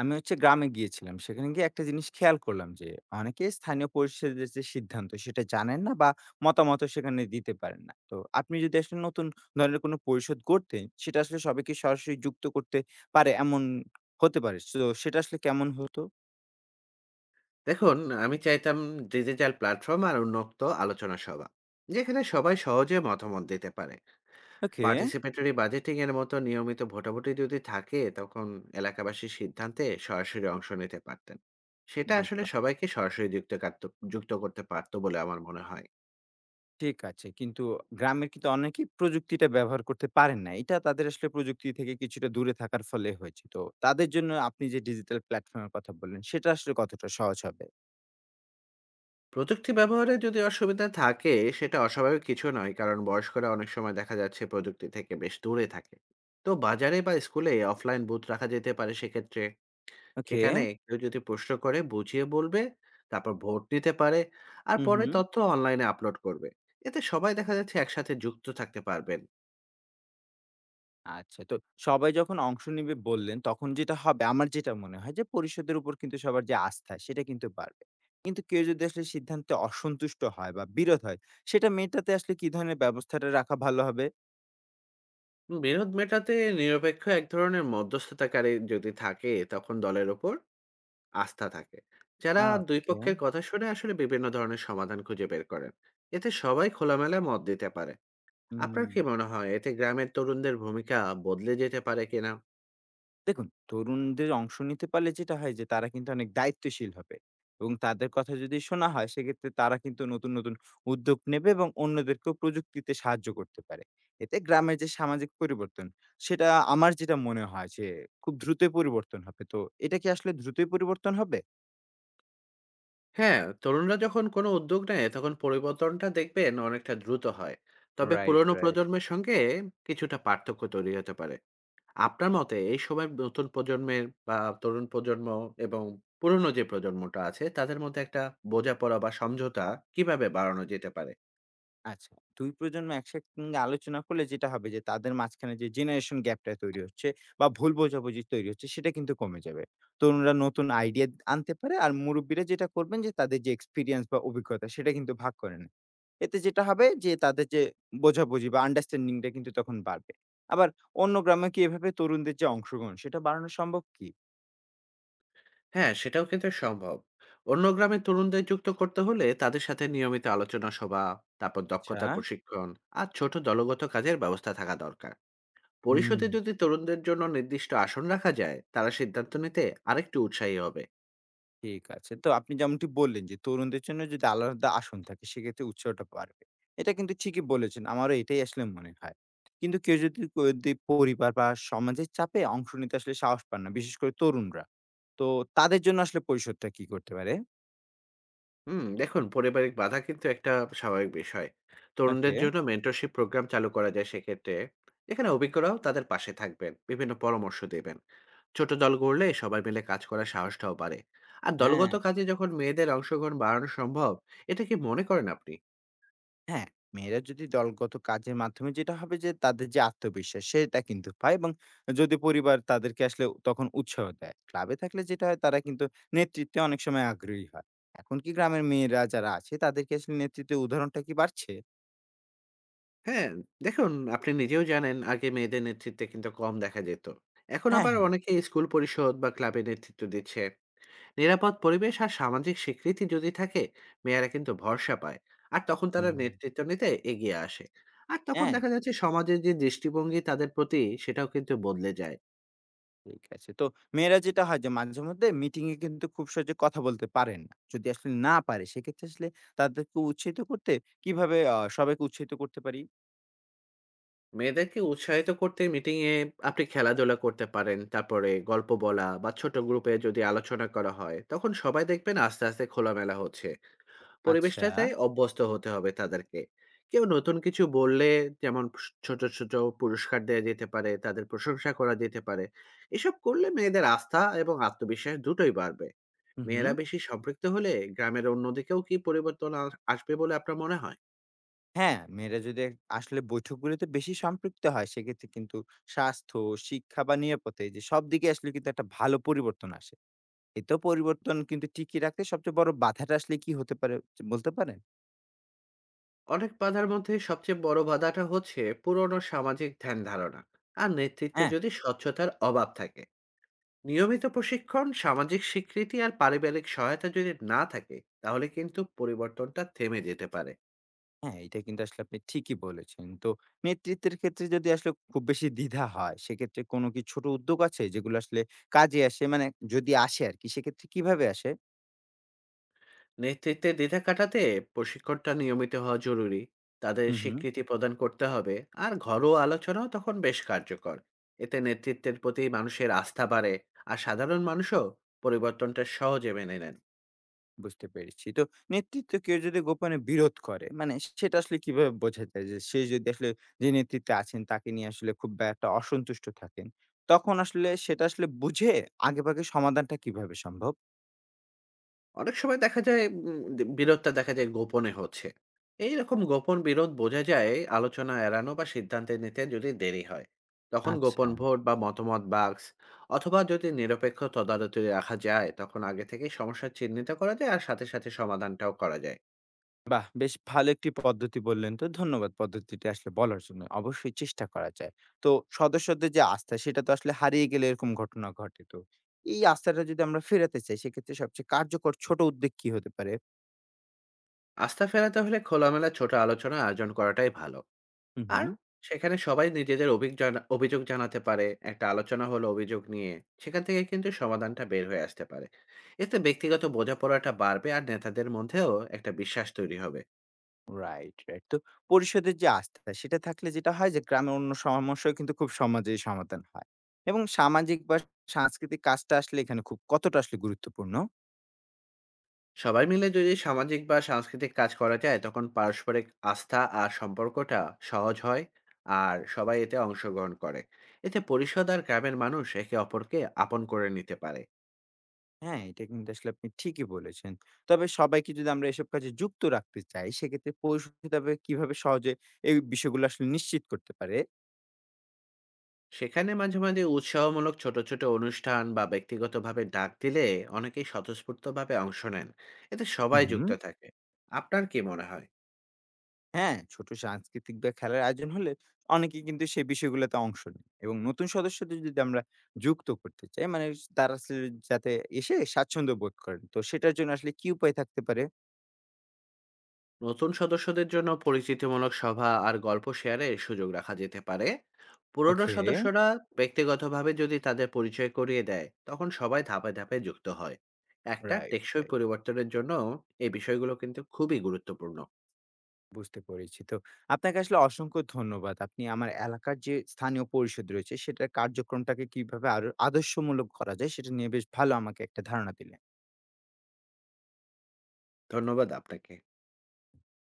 আমি গ্রামে গিয়েছিলাম। সেখানে গিয়ে একটা জিনিস খেয়াল করলাম যে, অনেকে স্থানীয় পরিষদের যে সিদ্ধান্ত সেটা জানেন না বা মতামতও সেখানে দিতে পারেন না। তো আপনি যদি আসলে নতুন ধরনের কোনো পরিষদ গড়তে, সেটা আসলে সবাইকে সরাসরি যুক্ত করতে পারে এমন হতে পারে। তো সেটা আসলে কেমন হতো? দেখুন, আমি চাইতাম ডিজিটাল প্ল্যাটফর্ম আর উন্মুক্ত আলোচনা সভা। যেখানে সবাই সহজে মতামত দিতে পারে। ওকে, পার্টিসিপেটরি বাজেটিং এর মতো নিয়মিত ভোটাভুটি যদি থাকে তখন এলাকাবাসীর সিদ্ধান্তে সরাসরি অংশ নিতে পারতেন। সেটা আসলে বুঝলাম। সবাইকে সরাসরি যুক্ত কারত যুক্ত করতে পারত বলে আমার মনে হয়। ঠিক আছে। কিন্তু গ্রামের কিন্তু অনেকেই প্রযুক্তিটা ব্যবহার করতে পারেন না। এটা তাদের আসলে প্রযুক্তি থেকে কিছুটা দূরে থাকার ফলে হয়েছে। তো তাদের জন্য আপনি যে ডিজিটাল প্ল্যাটফর্ম এর কথা বললেন, সেটা আসলে কতটা সহজ হবে? প্রযুক্তি ব্যবহারে যদি অসুবিধা থাকে সেটা অস্বাভাবিক কিছু নয়। কারণ বয়স্করা অনেক সময় দেখা যাচ্ছে প্রযুক্তি থেকে বেশ দূরে থাকে। তো বাজারে বা স্কুলে অফলাইন বুথ রাখা যেতে পারে সেক্ষেত্রে। ওকে। সেখানে কেউ যদি প্রশ্ন করে বুঝিয়ে বলবে, তারপর ভোট নিতে পারে, আর হুম, পরে হুম। তথ্য অনলাইনে আপলোড করবে। এতে সবাই দেখা যাচ্ছে একসাথে যুক্ত থাকতে পারবেন। আচ্ছা, তো সবাই যখন অংশ নিবে বললেন, তখন যেটা হবে আমার যেটা মনে হয় যে পরিষদের উপর কিন্তু সবার যে আস্থা সেটা কিন্তু বাড়বে। কিন্তু কেউ যদি আসলে সিদ্ধান্তে অসন্তুষ্ট হয় বা বিরোধ হয়, সেটা মেটাতে আসলে কি ধরনের ব্যবস্থাটা রাখা ভালো হবে? বিরোধ মেটাতে নিরপেক্ষ এক ধরনের মধ্যস্থতাকারী যদি থাকে, তখন দলের ওপর আস্থা থাকে। যারা আ দুই ওকে। পক্ষের কথা শুনে আসলে বিভিন্ন ধরনের সমাধান খুঁজে বের করেন। এতে সবাই খোলামেলা মত দিতে পারে। আপনার হুম। কি মনে হয় এতে গ্রামের তরুণদের ভূমিকা বদলে যেতে পারে কিনা? দেখুন, তরুণদের অংশ নিতে পারলে যেটা হয় যে তারা কিন্তু অনেক দায়িত্বশীল হবে এবং তাদের কথা যদি শোনা হয় সেক্ষেত্রে তারা কিন্তু নতুন, নতুন উদ্যোগ নেবে এবং অন্যদেরকেও প্রযুক্তিতে সাহায্য করতে পারে। এতে গ্রামের যে সামাজিক পরিবর্তন সেটা আমার যেটা মনে হয় যে খুব দ্রুতই পরিবর্তন হবে। তো এটা কি আসলে দ্রুতই পরিবর্তন হবে? হ্যাঁ, তরুণরা যখন কোনো উদ্যোগ নেয় তখন পরিবর্তনটা দেখবেন অনেকটা দ্রুত হয়। তবে রাইট, পুরনো রাইট। প্রজন্মের সঙ্গে কিছুটা পার্থক্য তৈরি হতে পারে। আপনার মতে এই সময় নতুন প্রজন্মের বা তরুণ প্রজন্ম এবং পুরনো যে প্রজন্মটা আছে তাদের মধ্যে একটা বোঝাপড়া বা সমঝোতা কিভাবে বাড়ানো যেতে পারে? আচ্ছা, ২ প্রজন্ম একসঙ্গে আলোচনা করলে যেটা হবে যে তাদের মাঝখানে যে জেনারেশন গ্যাপটা তৈরি হচ্ছে বা ভুল বোঝাবুঝি তৈরি হচ্ছে সেটা কিন্তু কমে যাবে। তরুণরা নতুন আইডিয়া আনতে পারে আর মুরব্বীরা যেটা করবেন যে তাদের যে এক্সপেরিয়েন্স বা অভিজ্ঞতা সেটা কিন্তু ভাগ করে নেন। এতে যেটা হবে যে তাদের যে বোঝাবুঝি বা আন্ডারস্ট্যান্ডিং টা কিন্তু তখন বাড়বে। আবার অন্য গ্রামে কি এভাবে তরুণদের যে অংশগ্রহণ সেটা বাড়ানো সম্ভব কি? হ্যাঁ, সেটাও কিন্তু সম্ভব। অন্য গ্রামের তরুণদের যুক্ত করতে হলে তাদের সাথে নিয়মিত আলোচনা সভা, তারপর আচ্ছা। দক্ষতার প্রশিক্ষণ আর ছোট দলগত কাজের ব্যবস্থা থাকা দরকার। হুম। পরিষদে যদি তরুণদের জন্য নির্দিষ্ট আসন রাখা যায় তারা সিদ্ধান্ত নিতে আরেকটু উৎসাহী হবে। ঠিক আছে। তো আপনি যেমনটি বললেন যে, তরুণদের জন্য যদি আলাদা আসন থাকে সেক্ষেত্রে উৎসাহটা বাড়বে। এটা কিন্তু ঠিকই বলেছেন। আমারও এটাই আসলে মনে হয়। কিন্তু কেউ যদি ক দি পরিবার বা সমাজের চাপে অংশ নিতে আসলে সাহস পান না, বিশেষ করে তরুণরা। তো তাদের জন্য আসলে পরিষদটা কি করতে পারে? হুম, দেখুন পারিবারিক বাধা কিন্তু একটা স্বাভাবিক বিষয়। তরুণদের ওকে, জন্য মেন্টরশিপ প্রোগ্রাম চালু করা যায় সেক্ষেত্রে এখানে অভিজ্ঞরাও তাদের পাশে থাকবেন, বিভিন্ন পরামর্শ দেবেন। ছোট দল গড়লে সবাই মিলে কাজ করার সাহসটাও বাড়ে, আর হ্যাঁ। দলগত কাজে যখন মেয়েদের অংশগ্রহণ বাড়ানো সম্ভব। এটা কি মনে করেন আপনি? হ্যাঁ, মেয়েরা যদি দলগত কাজের মাধ্যমে যেটা হবে যে তাদের যে আত্মবিশ্বাস সেটা কিন্তু পায় এবং যদি পরিবার তাদেরকে আসলে তখন উৎসাহ দেয়। ক্লাবে থাকলে যেটা হয় তারা কিন্তু নেতৃত্বে অনেক সময় আগ্রহী হয়। এখন কি গ্রামের মেয়েরা যারা আছে তাদেরকে আসলে নেতৃত্বের উদাহরণটা কি বাড়ছে? হ্যাঁ, দেখুন, আপনি নিজেও জানেন আগে মেয়েদের নেতৃত্বে কিন্তু কম দেখা যেত। এখন হ্যাঁ, আবার হ্যাঁ। অনেকে স্কুল পরিষদ বা ক্লাবে নেতৃত্ব দিচ্ছে। নিরাপদ পরিবেশ আর সামাজিক স্বীকৃতি যদি থাকে, মেয়েরা কিন্তু ভরসা পায়, আর তখন তারা হুম, নেতৃত্ব নিতে এগিয়ে আসে। আর তখন হ্যাঁ, দেখা যাচ্ছে সমাজের যে দৃষ্টিভঙ্গি তাদের প্রতি সেটাও কিন্তু বদলে যায়। ঠিক আছে। তো মেয়েরা যেটা হয় যে মাঝেমধ্যে মিটিং এ কিন্তু খুব সহজে কথা বলতে পারেন না। যদি আসলে না পারে সেক্ষেত্রে আসলে তাদেরকে উৎসাহিত করতে কিভাবে সবাইকে উৎসাহিত করতে পারি? মেয়েদেরকে উৎসাহিত করতে মিটিং এ আপনি খেলাধুলা করতে পারেন, তারপরে গল্প বলা বা ছোট গ্রুপে যদি আলোচনা করা হয় তখন সবাই দেখবেন আস্তে আস্তে খোলামেলা হচ্ছে। আচ্ছা। পরিবেশটাতে অভ্যস্ত হতে হবে তাদেরকে। কেউ নতুন কিছু বললে, যেমন ছোট, ছোট পুরস্কার দেয়া যেতে পারে, তাদের প্রশংসা করা যেতে পারে। এসব করলে মেয়েদের আস্থা এবং আত্মবিশ্বাস দুটোই বাড়বে। হু, হু। মেয়েরা বেশি সম্পৃক্ত হলে গ্রামের অন্যদিকেও কি পরিবর্তন আসবে বলে আপনার মনে হয়? হ্যাঁ, মেয়েরা যদি এক আসলে বৈঠকগুলোতে বেশি সম্পৃক্ত হয়, সেক্ষেত্রে কিন্তু স্বাস্থ্য, শিক্ষা বা নিরাপত্তা এই যে সব দিকে আসলে কিন্তু একটা ভালো পরিবর্তন আসে। এতেও পরিবর্তন কিন্তু টিকিয়ে রাখতে সবচেয়ে বড় বাধাটা আসলে কি হতে পারে বলতে পারেন? অনেক বাধার মধ্যে সবচেয়ে বড় বাধাটা হচ্ছে পুরনো সামাজিক ধ্যান ধারণা আর নেতৃত্বে হ্যাঁ, যদি স্বচ্ছতার অভাব থাকে। নিয়মিত প্রশিক্ষণ, সামাজিক স্বীকৃতি আর পারিবারিক সহায়তা যদি না থাকে তাহলে কিন্তু পরিবর্তনটা থেমে যেতে পারে। হ্যাঁ, এটা কিন্তু আসলে আপনি ঠিকই বলেছেন। তো নেতৃত্বের ক্ষেত্রে যদি আসলে খুব বেশি দ্বিধা হয়, সেক্ষেত্রে কোনো কি ছোট উদ্যোগ আছে যেগুলো আসলে কাজে আসে? মানে যদি আসে আরকি, সেক্ষেত্রে কিভাবে আসে? নেতৃত্বে দ্বিধা কাটাতে প্রশিক্ষণটা নিয়মিত হওয়া জরুরি, তাদের হু, হু। স্বীকৃতি প্রদান করতে হবে, আর ঘরোয়া আলোচনাও তখন বেশ কার্যকর। এতে নেতৃত্বের প্রতি মানুষের আস্থা বাড়ে, আর সাধারণ মানুষও পরিবর্তনটা সহজে মেনে নেন। বুঝতে পেরেছি। তো নেতৃত্ব কেউ যদি গোপনে বিরোধ করে মানে সেটা আসলে কিভাবে বোঝা যায় যে সে যদি আসলে যে নেতৃত্বে আছেন তাকে নিয়ে আসলে খুব বা একটা অসন্তুষ্ট থাকেন, তখন আসলে সেটা আসলে বুঝে আগেভাগে সমাধানটা কিভাবে সম্ভব? অনেক সময় দেখা যায় উম দে বিরোধটা দেখা যায় গোপনে হচ্ছে। এইরকম গোপন বিরোধ বোঝা যায় আলোচনা এড়ানো বা সিদ্ধান্তে নিতে যদি দেরি হয়। তখন আচ্ছা। গোপন ভোট বা মতামত বাক্স অথবা যদি নিরপেক্ষ তদারকি রাখা যায় তখন আগে থেকেই সমস্যা চিহ্নিত করা যায়, আর সাথে, সাথে সমাধানটাও করা যায়। বাহ! বেশ ভালো একটি পদ্ধতি বললেন তো। ধন্যবাদ পদ্ধতিটি আসলে বলার জন্য। অবশ্যই চেষ্টা করা যায়। তো সদস্যদের যে আস্থা সেটা তো আসলে হারিয়ে গেলে এরকম ঘটনা ঘটে তো। এই আস্থাটা যদি আমরা ফেরাতে চাই সেক্ষেত্রে সবচেয়ে কার্যকর ছোট উদ্যোগ কি হতে পারে? আস্থা ফেরাতে হলে খোলামেলা ছোট আলোচনা আয়োজন করাটাই ভালো। হু, হু। আর সেখানে সবাই নিজেদের অভিগ জানা অভিযোগ জানাতে পারে। একটা আলোচনা হলো অভিযোগ নিয়ে। সেখান থেকে কিন্তু সমাধানটা বের হয়ে আসতে পারে। এতে ব্যক্তিগত বোঝাপড়াটা বাড়বে, আর নেতাদের মধ্যেও একটা বিশ্বাস তৈরি হবে। Right, right. তো পরিষদের যে আস্থা সেটা থাকলে যেটা হয় যে গ্রামের অন্য সমস্যাও কিন্তু খুব সমাজেই সমাধান হয়। এবং সামাজিক বা সাংস্কৃতিক কাজটা আসলে এখানে খুব কতটা আসলে গুরুত্বপূর্ণ? সবাই মিলে যদি সামাজিক বা সাংস্কৃতিক কাজ করা যায় তখন পারস্পরিক আস্থা আর সম্পর্কটা সহজ হয়, আর সবাই এতে অংশগ্রহণ করে। এতে পরিষদ আর গ্রামের মানুষ একে অপরকে আপন করে নিতে পারে। হ্যাঁ, এটা কিন্তু আসলে আপনি ঠিকই বলেছেন। তবে সবাইকে যদি আমরা এসব কাজে যুক্ত রাখতে চাই সেক্ষেত্রে পরিষদ কিভাবে সহজে এই বিষয়গুলো আসলে নিশ্চিত করতে পারে? সেখানে মাঝে, মাঝে উৎসাহমূলক ছোট, ছোট অনুষ্ঠান বা ব্যক্তিগতভাবে ডাক দিলে অনেকেই স্বতঃস্ফূর্তভাবে অংশ নেন। এতে হু, সবাই হু। যুক্ত থাকে। আপনার কি মনে হয়? হ্যাঁ, ছোট সাংস্কৃতিক বা খেলার আয়োজন হলে অনেকে কিন্তু সেই বিষয়গুলোতে অংশ নেয় এবং নতুন সদস্যদের যদি আমরা যুক্ত করতে চাই মানে তারা আসলে যাতে এসে স্বাচ্ছন্দ্য বোধ করেন। তো সেটার জন্য আসলে কি উপায় থাকতে পারে? নতুন সদস্যদের জন্য পরিচিতিমূলক সভা আর গল্প শেয়ারের সুযোগ রাখা যেতে পারে। পুরনো ওকে, সদস্যরা ব্যক্তিগতভাবে যদি তাদের পরিচয় করিয়ে দেয়, তখন সবাই ধাপে, ধাপে যুক্ত হয়। একটা রাইট, টেকসই রাইট। পরিবর্তনের জন্য এই বিষয়গুলো কিন্তু খুবই গুরুত্বপূর্ণ। বুঝতে পেরেছি। তো আপনাকে আসলে অসংখ্য ধন্যবাদ। আপনি আমার এলাকার যে স্থানীয় পরিষদ রয়েছে সেটার কার্যক্রমটাকে কিভাবে আরো আদর্শমূলক করা যায় সেটা নিয়ে বেশ ভালো আমাকে একটা ধারণা দিলেন। ধন্যবাদ আপনাকে।